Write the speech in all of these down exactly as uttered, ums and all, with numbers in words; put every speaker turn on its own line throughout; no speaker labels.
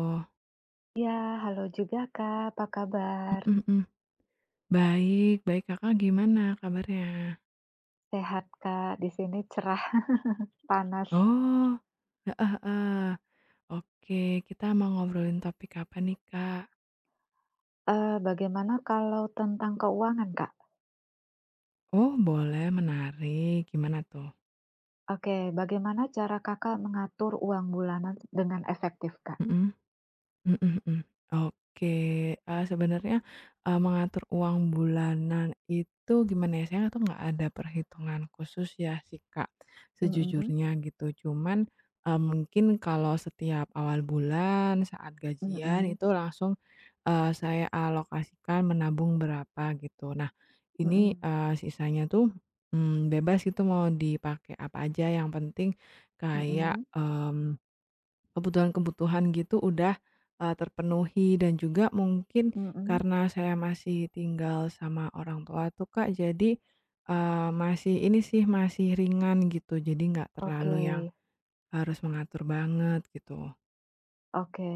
Oh,
Ya, halo juga Kak, apa kabar?
mhm mhm. Baik baik, Kakak gimana kabarnya?
Sehat Kak, di sini cerah, panas.
Oh, heeh heeh. Oke, kita mau ngobrolin topik apa nih, Kak?
Eee, bagaimana kalau tentang keuangan Kak?
Oh boleh, menarik. Gimana tuh?
Oke, bagaimana cara Kakak mengatur uang bulanan dengan efektif Kak?
Mhm. Mhm mhm. Oke, eee, sebenarnya, eee, mengatur uang bulanan itu gimana ya, saya tuh nggak ada perhitungan khusus ya sih, Kak,
Mhm,
sejujurnya gitu. Cuman, eee, mungkin kalau setiap awal bulan saat gajian
mhm,
itu langsung, eee, saya alokasikan menabung berapa gitu. Nah ini,
mhm,
eee, sisanya tuh, mmm, bebas gitu mau dipakai apa aja yang penting kayak,
mhm,
mmm Kebutuhan-kebutuhan gitu udah, eee, terpenuhi dan juga mungkin
mhm,
karena saya masih tinggal sama orang tua tuh, Kak, jadi, eee, masih ini sih, masih ringan gitu, jadi nggak terlalu
oke,
yang harus mengatur banget gitu.
oke.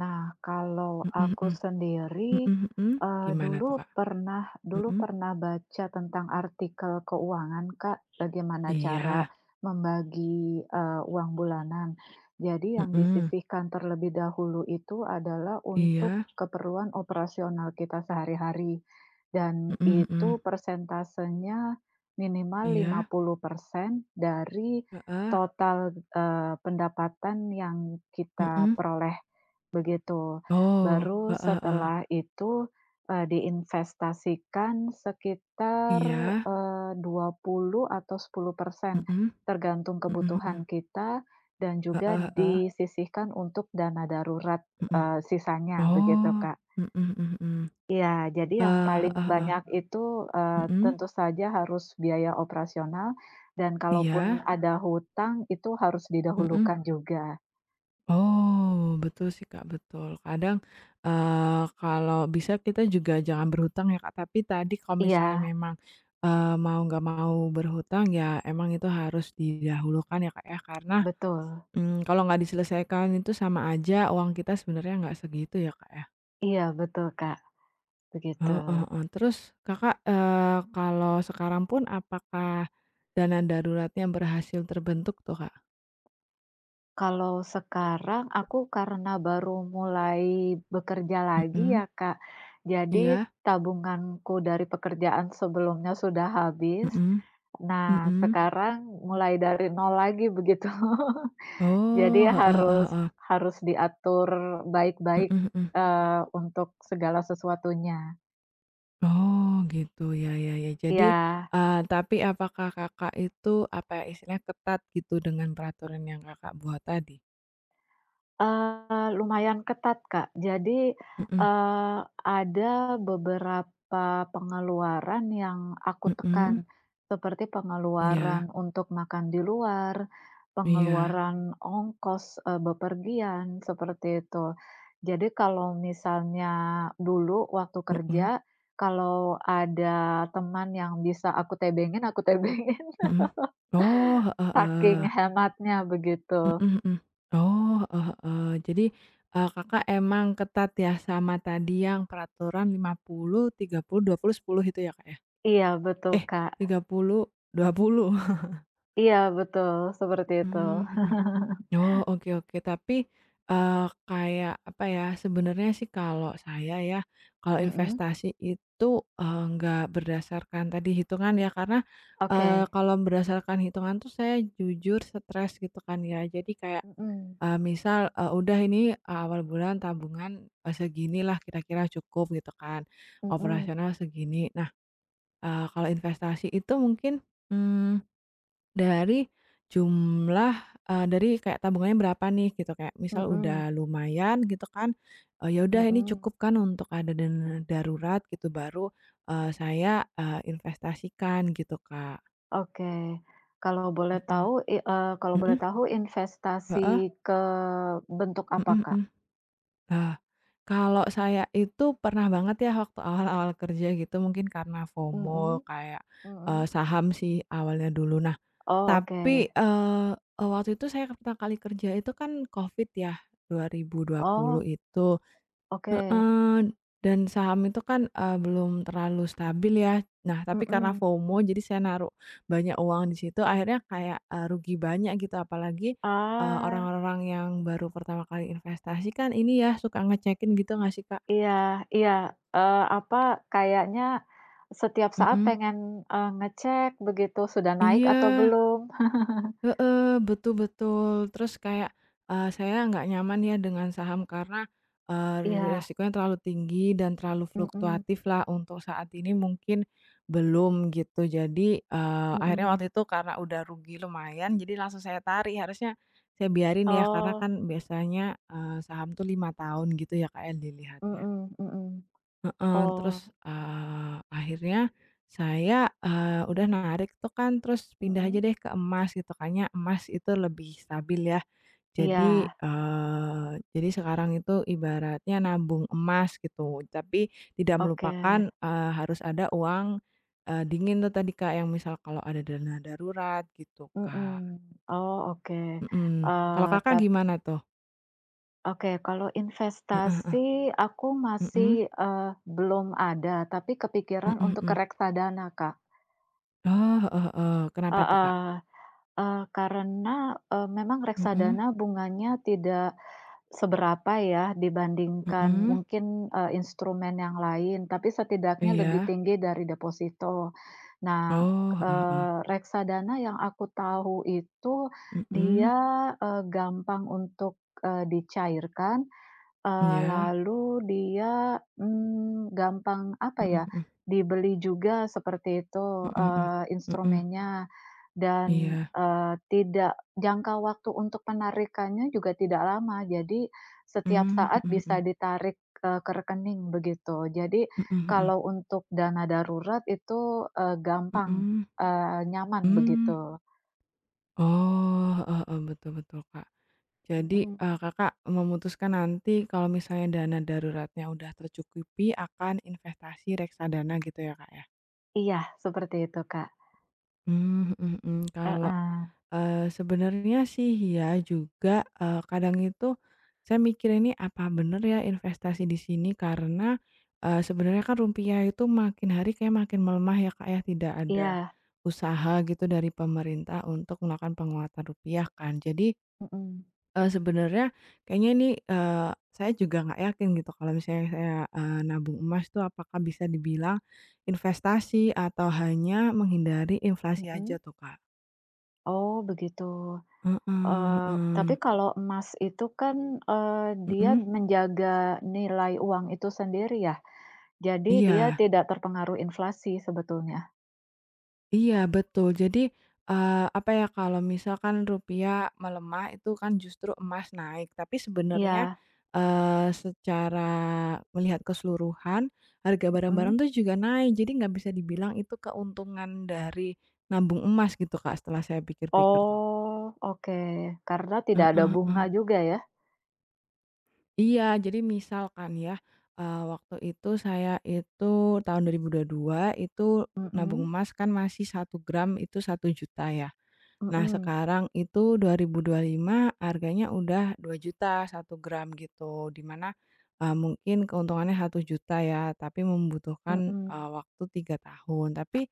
Nah, kalau
Mhm
aku
mhm,
sendiri,
mhm mhm,
eee,
gimana
dulu
tuh, Kak?
pernah dulu
Mhm,
pernah baca tentang artikel keuangan, Kak, bagaimana cara
iya,
membagi, eee, uang bulanan. Jadi yang
mhm,
disisihkan terlebih dahulu itu adalah untuk
iya,
keperluan operasional kita sehari-hari dan
mhm mhm,
itu persentasenya minimal lima
iya,
puluh persen dari
heeh,
total, eee, pendapatan yang kita
mhm,
peroleh. Begitu.
oh,
Baru
heeh heeh,
setelah itu, eee, diinvestasikan sekitar,
iya,
eh, dua puluh atau sepuluh persen
mhm,
tergantung
mhm mhm,
kebutuhan kita dan juga
heeh heeh,
disisihkan untuk dana darurat,
mhm.
eee, sisanya begitu,
Oh,
Kak.
mhm mhm mhm.
Iya, jadi yang
Eee,
paling
heeh heeh.
banyak itu, eee,
Mhm,
tentu saja harus biaya operasional dan kalaupun
iya,
ada hutang itu harus
mhm.
didahulukan juga.
Oh, betul sih, Kak, betul. Kadang, eee, kalau bisa kita juga jangan berhutang ya, Kak, tapi tadi kalau misalnya
Iya,
memang, eee, mau nggak mau berhutang ya emang itu harus didahulukan ya, Kak, ya, karena,
betul.
mmm, kalau nggak diselesaikan itu sama aja uang kita sebenarnya nggak segitu ya, Kak, ya.
Iya, betul, Kak. Begitu.
Oh, heeh. Terus Kakak, eee, kalau sekarang pun apakah dana daruratnya berhasil terbentuk tuh, Kak?
Kalau sekarang aku karena baru mulai bekerja lagi
Mhm.
ya, Kak, jadi
Iya?
tabunganku dari pekerjaan sebelumnya sudah habis.
Mhm
Nah,
mhm.
sekarang mulai dari nol lagi begitu.
Oh,
Jadi
heeh heeh
harus
heeh.
harus diatur
Mhm
baik-baik,
mhm.
eee, untuk segala sesuatunya.
Oh, gitu. Ya ya ya. Jadi,
Iya.
eee, tapi apakah Kakak itu, apa ya, istilahnya ketat gitu dengan peraturan yang Kakak buat tadi?
Eee, lumayan ketat, Kak. Jadi,
Mhm
eee, ada beberapa pengeluaran yang aku
mhm.
tekan, seperti
Iya
pengeluaran untuk makan di luar,
iya.
pengeluaran ongkos, eee, bepergian, seperti itu. Jadi kalau misalnya dulu waktu
Mhm
kerja, kalau ada teman yang bisa aku tebengin, aku tebengin,
mhm. Oh,
saking
heeh.
hematnya begitu.
Mhm mhm. Oh, heeh heeh. Jadi, eee, Kakak emang ketat ya sama tadi yang peraturan lima puluh, tiga puluh, dua puluh, sepuluh itu ya, Kak, ya?
Iya, betul,
Eh,
Kak.
tiga puluh, puluh, dua puluh.
Iya betul, seperti itu.
Mmm, mhm. Oh, oke oke. Tapi, eee, kayak apa ya, sebenarnya sih kalau saya ya, kalau
Mhm.
investasi itu, eee, nggak berdasarkan tadi hitungan ya, karena,
Oke.
eee, kalau berdasarkan hitungan tuh saya jujur stres gitu kan ya. Jadi kayak
Mhm,
Eee, misal, eee, udah ini, eee, awal bulan tabungan, eee, seginilah kira-kira cukup gitu kan,
mhm,
operasional segini. Nah, eee, kalau investasi itu mungkin, mmm, dari jumlah, eee, dari kayak tabungannya berapa nih gitu, kayak misal udah
mhm,
lumayan gitu kan, eee, ya udah ini
mhm.
cukup kan untuk ada dana darurat gitu baru, eee, saya, eee, investasikan gitu, Kak.
Oke, kalau boleh
Mhm,
tahu i eee, kalau boleh
mhm,
tahu investasi
heeh,
ke bentuk apa,
mhm
Kak?
mhm. Nah, kalau saya itu pernah banget ya waktu awal-awal kerja gitu mungkin karena FOMO
Mhm,
kayak, eee,
mhm.
saham sih awalnya dulu. Nah,
Oh oke,
tapi, eee eee, waktu itu saya pertama kali kerja itu kan Covid ya dua ribu dua puluh
oh
itu.
oke.
Eee, dan saham itu kan, eee, belum terlalu stabil ya. Nah, tapi karena
Mhm.
FOMO jadi saya naruh banyak uang di situ akhirnya kayak, eee, rugi banyak gitu apalagi, eee,
Ah,
orang-orang yang baru pertama kali investasi kan ini ya suka ngecekin gitu nggak sih, Kak?
iya iya, eee, apa, kayaknya setiap saat
Mhm.
pengen, eee, ngecek begitu sudah naik atau
Iya.
belum.
Heeh, betul betul. Terus kayak, eee, saya nggak nyaman ya dengan saham karena, eee,
Iya.
resikonya terlalu tinggi dan terlalu
Mhm,
fluktuatif lah untuk saat ini mungkin belum gitu. Jadi, eee, akhirnya
mhm.
waktu itu karena udah rugi lumayan jadi langsung saya tarik, harusnya saya biarin ya karena
Oh,
kan biasanya, eee, saham tuh lima tahun gitu ya Kak ya dilihatnya.
mhm mhm.
Heeh, terus,
Oh,
eee, akhirnya saya, eee, udah narik tuh kan terus pindah aja
mhm?
deh ke emas gitu kayaknya emas itu lebih stabil ya. Jadi,
Iya,
eee, jadi sekarang itu ibaratnya nabung emas gitu tapi tidak
oke.
melupakan, eee, harus ada uang, eee, dingin tuh tadi Kak yang misal kalau ada dana darurat gitu Kak,
Mhm. Oh, oke.
mhm. Kalau
Eee,
Kakak
tap
gimana tuh?
oke, kalau
Heeh,
investasi aku masih,
mhm,
eee, belum ada, tapi
mhm
kepikiran untuk ke
mhm.
reksadana, Kak.
Oh, heeh heeh, kenapa tuh Kak?
Heeh, eee, karena, eee, memang
Mhm,
reksadana bunganya tidak seberapa ya dibandingkan
mhm,
mungkin, eee, instrumen yang lain, tapi setidaknya lebih
iya.
tinggi dari deposito. Nah,
Oh, heeh heeh.
eee, reksadana yang aku tahu itu
Mhm,
dia, eee, gampang untuk, eee, dicairkan, eee,
iya.
lalu dia, mmm, gampang apa
Mhm
ya,
mhm.
dibeli juga seperti itu,
Mhm mhm.
eee,
Mhm,
instrumennya. Dan,
iya.
eee, tidak jangka waktu untuk penarikannya juga tidak lama, jadi setiap
Mmm,
saat
mhm mhm.
bisa ditarik, eee, ke rekening begitu. Jadi
Mhm mhm.
kalau untuk dana darurat itu, eee, gampang,
Mhm.
eee, nyaman
Mmm.
begitu.
Oh, heeh heeh, betul betul, Kak. Jadi,
Mhm.
eee, Kakak memutuskan nanti kalau misalnya dana daruratnya udah tercukupi akan investasi reksadana gitu ya, Kak, ya?
Iya, seperti itu, Kak.
Mmm, mhm mhm. Kalau
Heeh,
Eee, sebenarnya sih iya juga, eee, kadang itu saya mikir ini apa bener ya investasi di sini karena, eee, sebenarnya kan rupiah itu makin hari kayak makin melemah ya, Kak, ya, tidak ada
iya,
usaha gitu dari pemerintah untuk melakukan penguatan rupiah kan. Jadi,
mhm,
eee, sebenarnya kayaknya ini, eee, saya juga nggak yakin gitu kalau misalnya saya, eee, nabung emas tuh apakah bisa dibilang investasi atau hanya menghindari inflasi aja
mhm.
tuh, Kak.
Oh begitu,
Heeh
eee,
heeh.
tapi kalau emas itu kan, eee, dia
Mhm,
menjaga nilai uang itu sendiri ya? Jadi dia
iya
tidak terpengaruh inflasi sebetulnya?
iya betul. Jadi, eee, apa ya, kalau misalkan rupiah melemah itu kan justru emas naik, tapi sebenarnya,
Iya,
eee, secara melihat keseluruhan harga
mhm.
barang-barang tuh juga naik, jadi nggak bisa dibilang itu keuntungan dari nabung emas gitu, Kak, setelah saya pikir-pikir tuh.
Oh, oke. Karena tidak ada bunga
heeh.
juga ya?
Iya, jadi misalkan ya, eee, waktu itu saya itu tahun dua ribu dua puluh dua itu nabung
Mhm,
emas kan masih satu gram itu satu juta ya. Nah
mhm,
sekarang itu dua ribu dua puluh lima harganya udah dua juta satu gram gitu, dimana mana, mungkin keuntungannya satu juta ya, tapi membutuhkan, eee,
mhm.
waktu tiga tahun. Tapi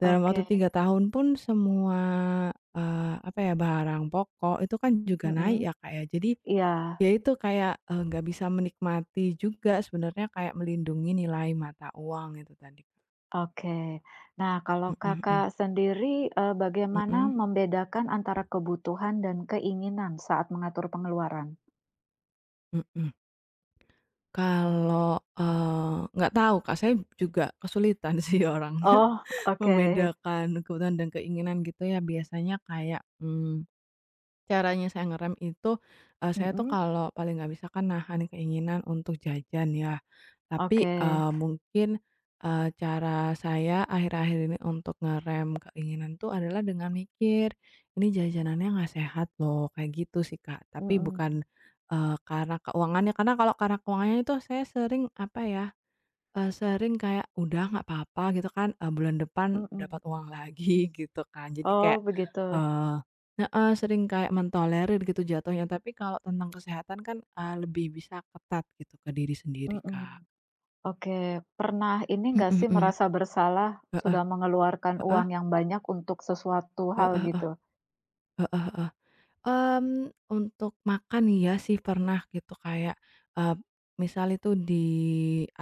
dalam waktu
Oke,
tiga tahun pun semua, eee, apa ya, barang pokok itu kan juga
mhm.
naik ya, Kak, ya. Jadi
Iya,
Ya itu kayak, eee, nggak bisa menikmati juga sebenarnya kayak melindungi nilai mata uang itu tadi.
oke. Nah, kalau
Mhm mhm
Kakak sendiri, eee, bagaimana
mhm
membedakan antara kebutuhan dan keinginan saat mengatur pengeluaran?
mhm. Kalau, eee, nggak tahu Kak, saya juga kesulitan sih orang
Oh, oke.
membedakan kebutuhan dan keinginan gitu ya biasanya kayak, mmm, caranya saya ngerem itu, eee, saya tuh
Mhm,
kalau paling nggak bisa kan nahan keinginan untuk jajan ya. Tapi,
oke.
eee, mungkin, eee, cara saya akhir-akhir ini untuk ngerem keinginan tuh adalah dengan mikir, "Ini jajanannya nggak sehat loh," kayak gitu sih, Kak. Tapi
Mhm,
bukan, eee, karena keuangannya, karena kalau karena keuangannya itu saya sering, apa ya, eee, sering kayak, "Udah nggak apa-apa," gitu kan, eee, "bulan depan
mhm.
dapat uang lagi," gitu kan. Jadi
Oh,
kayak,
begitu.
eee heeh, sering kayak mentolerir gitu jatuhnya. Tapi kalau tentang kesehatan kan, eee, lebih bisa ketat gitu ke diri sendiri,
Mhm.
Kak.
Oke, pernah ini nggak
Mhm
sih
mhm.
merasa bersalah
Heeh
sudah mengeluarkan
heeh
uang yang banyak untuk sesuatu hal
heeh
gitu?
heeh heeh heeh. Mmm, untuk makan iya sih pernah gitu kayak, eee, misal itu di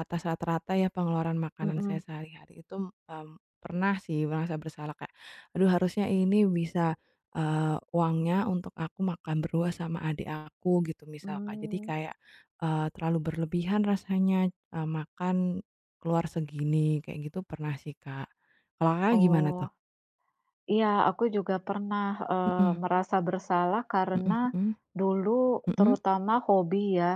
atas rata-rata ya pengeluaran makanan saya
Mhm,
sehari-hari itu, mmm, pernah sih merasa bersalah kayak, "Aduh harusnya ini bisa, eee, uangnya untuk aku makan berdua sama adik aku," gitu misal, Kak. Jadi
mmm,
kayak, eee, terlalu berlebihan rasanya, eee, makan keluar segini kayak gitu pernah sih, Kak. Kalau Kakak gimana tuh?
oh, iya aku juga pernah, eee,
Mhm.
merasa bersalah
Mhm
karena
mhm
dulu
mhm
terutama hobi ya.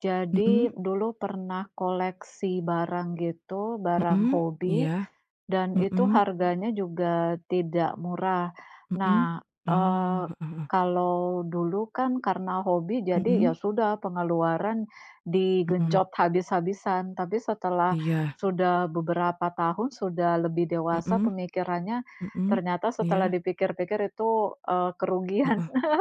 Jadi
mhm
dulu pernah koleksi barang gitu, barang
mhm,
hobi.
iya,
Dan itu
mhm
harganya juga tidak murah.
mhm.
Nah,
Oh,
eee,
heeh heeh,
kalau dulu kan karena hobi jadi ya
mhm
sudah pengeluaran
mhm,
digenjot habis-habisan, tapi setelah
iya,
sudah beberapa tahun, sudah lebih dewasa
mhm
pemikirannya,
mhm,
ternyata
iya,
setelah dipikir-pikir itu, eee, kerugian.
heeh.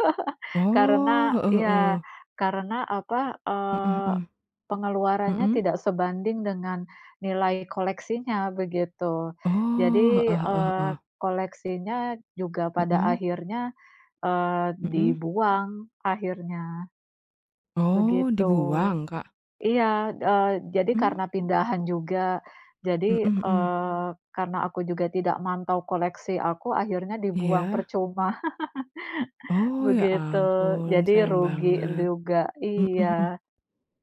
Oh,
Karena
heeh
ya
heeh,
karena apa,
mhm
eee,
mhm,
pengeluarannya
mhm.
tidak sebanding dengan nilai koleksinya, begitu.
Oh,
Jadi,
heeh heeh
eee,
heeh,
koleksinya juga pada
mhm
akhirnya, eee,
mhm.
dibuang akhirnya,
Oh,
begitu. Mmm.
dibuang, Kak?
Iya, eee, jadi
Mmm,
karena pindahan juga,
mhm
jadi,
mhm,
eee, karena aku juga tidak mantau koleksi aku, akhirnya dibuang
iya.
percuma,
Oh, ya
begitu.
ampun
Jadi
sayang
rugi
banget,
juga,
mhm mhm.
iya.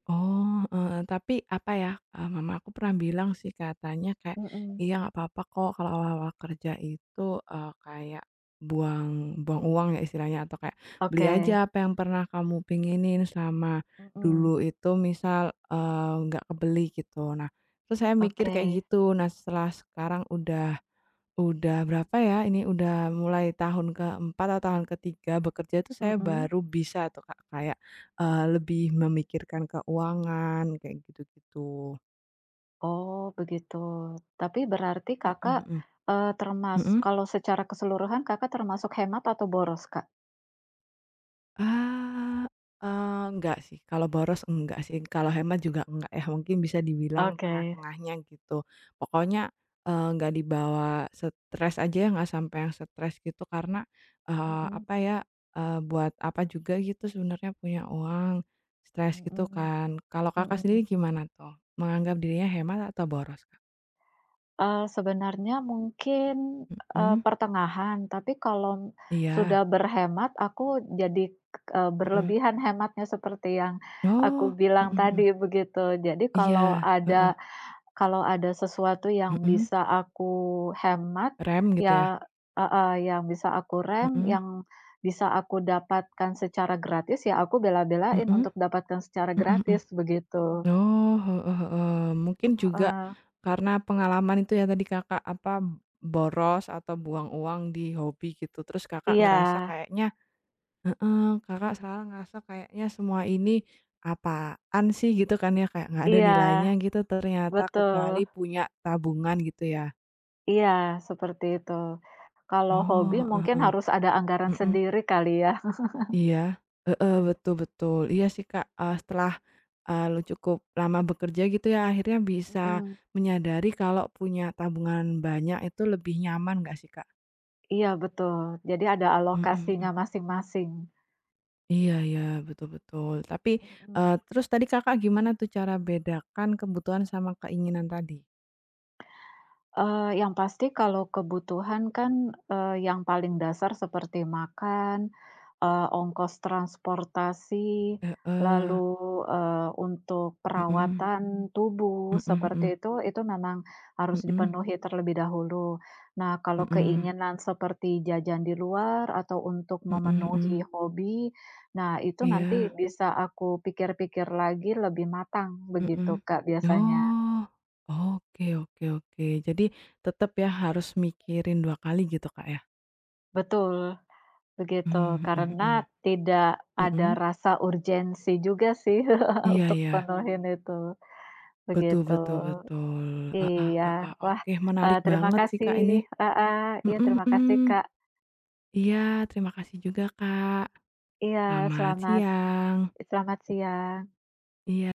Oh, heeh, tapi apa ya, eee, mama aku pernah bilang sih katanya kayak,
Mhm.
"Iya nggak apa-apa kok kalau awal-awal kerja itu, eee, kayak buang buang uang ya istilahnya atau kayak beli
Oke.
aja apa yang pernah kamu pengenin selama
Mhm.
dulu itu misal, eee, nggak kebeli," gitu. Nah, terus saya mikir kayak
Oke.
gitu. Nah, setelah sekarang udah Udah berapa ya, ini udah mulai tahun keempat atau tahun ketiga bekerja itu saya
Mhm.
baru bisa tuh Kak, kayak, eee, lebih memikirkan keuangan kayak gitu-gitu.
Oh, begitu. Tapi berarti
Mhm
Kakak,
mhm.
eee, termas
Mhm?
kalau secara keseluruhan Kakak termasuk hemat atau boros, Kak?
Ah, eee, enggak sih, kalau boros enggak sih, kalau hemat juga enggak ya, mungkin bisa dibilang
Oke.
tengah-tengahnya gitu. Pokoknya, eee, nggak dibawa stres aja ya, nggak sampai yang stres gitu karena, eee,
Mhm
apa ya, eee, buat apa juga gitu sebenarnya punya uang, stres gitu
mhm
kan. Kalau Kakak sendiri
mhm.
gimana tuh? Menganggap dirinya hemat atau boros, Kak?
Eee, sebenarnya mungkin, eee,
Mhm.
pertengahan, tapi kalau
Iya,
sudah berhemat aku jadi, eee,
Mhm.
berlebihan hematnya seperti yang aku
Oh, mhm
bilang
mhm,
tadi begitu. Jadi kalau
iya, heeh,
ada kalau ada sesuatu yang
Mhm.
bisa aku hemat,
rem gitu ya?
ya heeh, yang bisa aku rem,
Mhm
yang bisa aku dapatkan secara gratis, ya aku bela-belain
mhm.
untuk dapatkan secara
Mhm mhm.
gratis, begitu.
Oh, heeh heeh. Mungkin juga
Heeh.
karena pengalaman itu ya tadi Kakak, apa, boros atau buang uang di hobi gitu, terus Kakak
Iya
ngerasa kayaknya heeh, Kakak salah ngerasa kayaknya semua ini apaan sih gitu kan ya, kayak nggak ada nilainya
iya,
gitu ternyata
betul.
kecuali punya tabungan gitu ya.
Iya, seperti itu. Kalau hobi
Oh, heeh
mungkin
heeh.
harus ada anggaran
Mhm.
sendiri kali ya.
Iya, heeh, betul betul. Iya sih, Kak, eee, setelah, eee, lu cukup lama bekerja gitu ya, akhirnya bisa
Mhm,
menyadari kalau punya tabungan banyak itu lebih nyaman nggak sih, Kak?
iya betul. Jadi ada
Mhm
alokasinya
mhm.
masing-masing.
Iya iya, betul betul. Tapi, eee,
Mhm.
terus tadi Kakak gimana tuh cara bedakan kebutuhan sama keinginan tadi?
Eee, yang pasti kalau kebutuhan kan, eee, yang paling dasar seperti makan, eee, ongkos transportasi,
Heeh,
lalu, eee, untuk
mhm,
perawatan tubuh
mhm
seperti
mhm,
itu, itu memang harus
mhm mhm,
dipenuhi terlebih dahulu. Nah, kalau
mhm
keinginan seperti jajan di luar atau untuk
mhm mhm.
memenuhi hobi, nah itu nanti
Iya.
bisa aku pikir-pikir lagi lebih matang begitu,
Mhm.
Kak, biasanya.
Oh, oke oke oke. Jadi tetap ya harus mikirin dua kali gitu, Kak, ya?
Betul. Begitu,
Mmm, mhm
karena
mhm.
tidak ada
Mhm?
rasa urgensi juga sih
Iya
untuk Mhm.
iya.
penuhin itu,
Betul
begitu.
betul betul. Heeh
Iya,
heeh.
wah,
Oke,
eee,
menarik
terima
banget sih,
kasih
Kak, ini.
ah ah, iya
Mhm
terima kasih
mhm.
Kak.
Iya, terima kasih juga, Kak.
Iya,
Selamat
selamat
siang.
selamat siang.
Iya.